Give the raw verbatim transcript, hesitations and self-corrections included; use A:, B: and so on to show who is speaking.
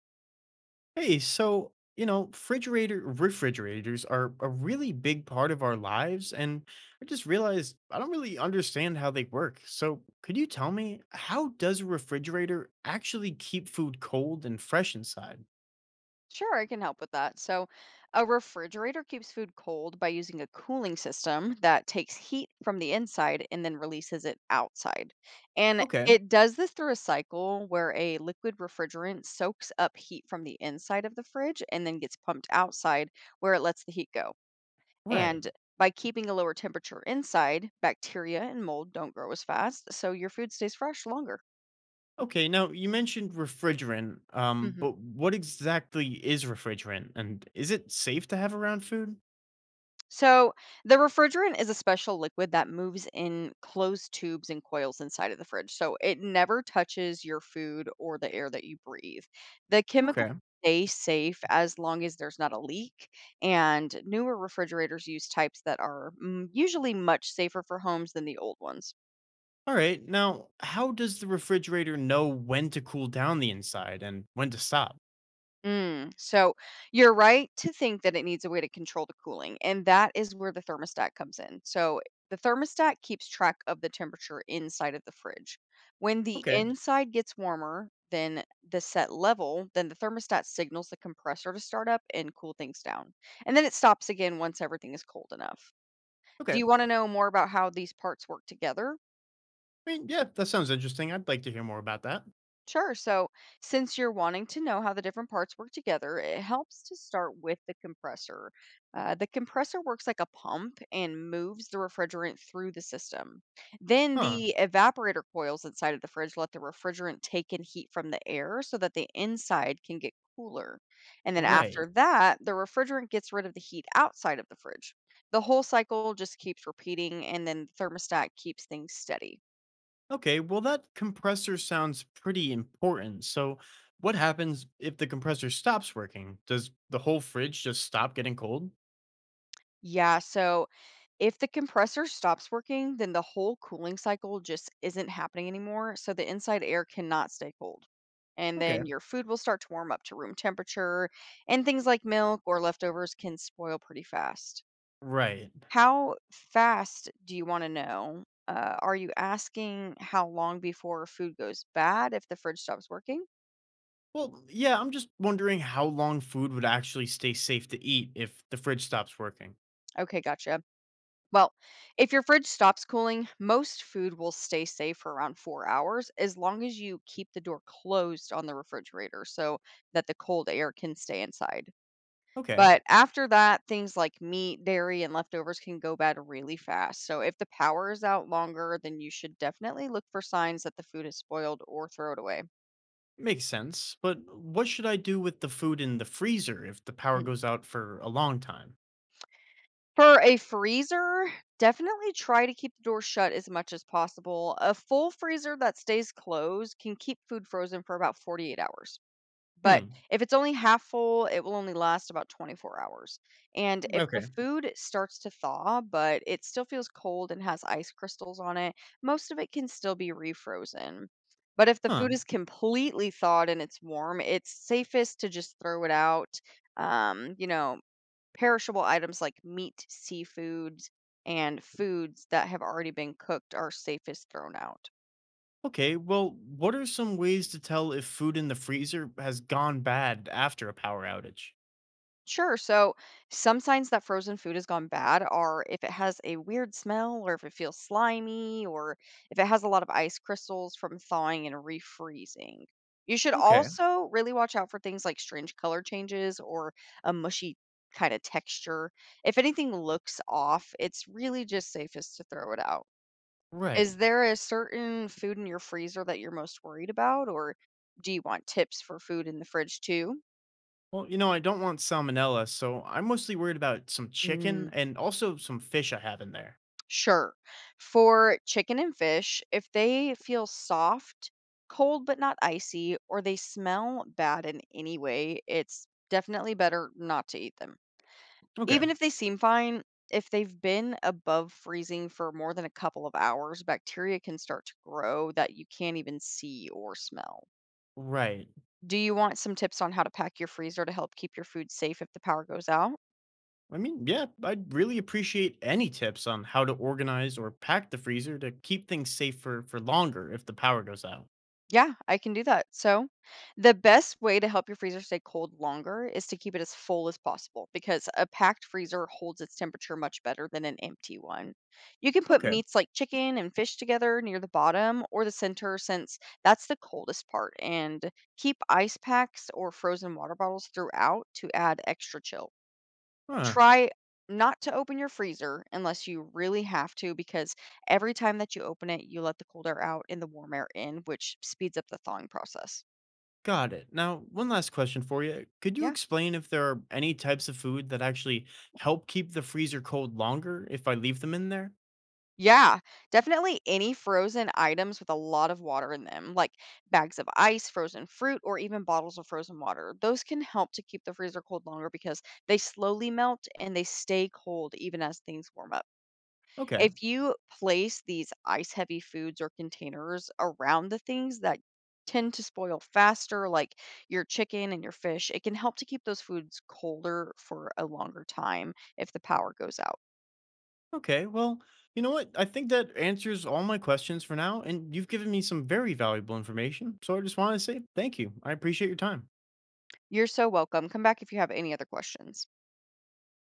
A: Hey, so, you know, refrigerator refrigerators are a really big part of our lives, and I just realized I don't really understand how they work. So, could you tell me, how does a refrigerator actually keep food cold and fresh inside?
B: Sure, I can help with that. So, a refrigerator keeps food cold by using a cooling system that takes heat from the inside and then releases it outside. And
A: Okay,
B: it does this through a cycle where a liquid refrigerant soaks up heat from the inside of the fridge and then gets pumped outside where it lets the heat go.
A: right.
B: And by keeping a lower temperature inside, bacteria and mold don't grow as fast, so your food stays fresh longer.
A: Okay, now you mentioned refrigerant, um, but what exactly is refrigerant, and is it safe to have around food?
B: So, the refrigerant is a special liquid that moves in closed tubes and coils inside of the fridge. So, it never touches your food or the air that you breathe. The chemicals
A: Okay.
B: stay safe as long as there's not a leak. And newer refrigerators use types that are mm, usually much safer for homes than the old ones.
A: All right. Now, how does the refrigerator know when to cool down the inside and when to stop?
B: Mm, so you're right to think that it needs a way to control the cooling, and that is where the thermostat comes in. So the thermostat keeps track of the temperature inside of the fridge. When the
A: Okay.
B: inside gets warmer than the set level, then the thermostat signals the compressor to start up and cool things down. And then it stops again once everything is cold enough.
A: Okay.
B: Do
A: I
B: you want to know more about how these parts work together?
A: mean, yeah, that sounds interesting. I'd like to hear more about that.
B: Sure. So, since you're wanting to know how the different parts work together, it helps to start with the compressor. Uh, the compressor works like a pump and moves the refrigerant through the system. Then
A: Huh.
B: the evaporator coils inside of the fridge let the refrigerant take in heat from the air so that the inside can get cooler. And then
A: Right.
B: after that, the refrigerant gets rid of the heat outside of the fridge. The whole cycle just keeps repeating, and then the thermostat keeps things steady.
A: Okay. Well, that compressor sounds pretty important. So, what happens if the compressor stops working? Does the whole fridge just stop getting cold?
B: Yeah, so if the compressor stops working, then the whole cooling cycle just isn't happening anymore, so the inside air cannot stay cold. And then
A: Okay.
B: your food will start to warm up to room temperature, and things like milk or leftovers can spoil pretty fast.
A: Right.
B: How fast do you want to know? Uh, are you asking how long before food goes bad if the fridge stops working?
A: Well, yeah, I'm just wondering how long food would actually stay safe to eat if the fridge stops working.
B: Okay, gotcha. Well, if your fridge stops cooling, most food will stay safe for around four hours as long as you keep the door closed on the refrigerator so that the cold air can stay inside.
A: Okay.
B: But after that, things like meat, dairy, and leftovers can go bad really fast. So if the power is out longer, then you should definitely look for signs that the food is spoiled or throw it away.
A: Makes sense. But what should I do with the food in the freezer if the power goes out for a long time?
B: For a freezer, definitely try to keep the door shut as much as possible. A full freezer that stays closed can keep food frozen for about forty-eight hours. But
A: Hmm.
B: if it's only half full, it will only last about twenty-four hours. And if the
A: Okay.
B: food starts to thaw, but it still feels cold and has ice crystals on it, most of it can still be refrozen. But if the food
A: Huh.
B: is completely thawed and it's warm, it's safest to just throw it out. Um, you know, Perishable items like meat, seafoods, and foods that have already been cooked are safest thrown out.
A: Okay, well, what are some ways to tell if food in the freezer has gone bad after a power outage?
B: Sure, so some signs that frozen food has gone bad are if it has a weird smell, or if it feels slimy, or if it has a lot of ice crystals from thawing and refreezing. You should
A: Okay,
B: also really watch out for things like strange color changes or a mushy kind of texture. If anything looks off, it's really just safest to throw it out.
A: right.
B: Is there a certain food in your freezer that you're most worried about, or do you want tips for food in the fridge too?
A: Well, you know, I don't want salmonella, so I'm mostly worried about some chicken
B: Mm,
A: and also some fish I have in there.
B: sure. For chicken and fish, if they feel soft, cold but not icy, or they smell bad in any way, it's definitely better not to eat them.
A: Okay,
B: Even if they seem fine, if they've been above freezing for more than a couple of hours, bacteria can start to grow that you can't even see or smell.
A: right.
B: Do you want some tips on how to pack your freezer to help keep your food safe if the power goes out?
A: I mean, yeah, I'd really appreciate any tips on how to organize or pack the freezer to keep things safe for, for longer if the power goes out.
B: Yeah, I can do that. So, the best way to help your freezer stay cold longer is to keep it as full as possible because a packed freezer holds its temperature much better than an empty one. You can put
A: Okay,
B: meats like chicken and fish together near the bottom or the center since that's the coldest part and keep ice packs or frozen water bottles throughout to add extra chill.
A: huh.
B: Try not to open your freezer unless you really have to, because every time that you open it, you let the cold air out and the warm air in, which speeds up the thawing process.
A: Got it. Now, one last question for you. Could you
B: Yeah.
A: explain if there are any types of food that actually help keep the freezer cold longer if I leave them in there?
B: Yeah. Definitely any frozen items with a lot of water in them, like bags of ice, frozen fruit, or even bottles of frozen water. Those can help to keep the freezer cold longer because they slowly melt and they stay cold even as things warm up.
A: Okay.
B: If you place these ice heavy foods or containers around the things that tend to spoil faster, like your chicken and your fish, it can help to keep those foods colder for a longer time if the power goes out.
A: Okay. Well, you know what? I think that answers all my questions for now, and you've given me some very valuable information. So I just want to say thank you. I appreciate your time.
B: You're so welcome. Come back if you have any other questions.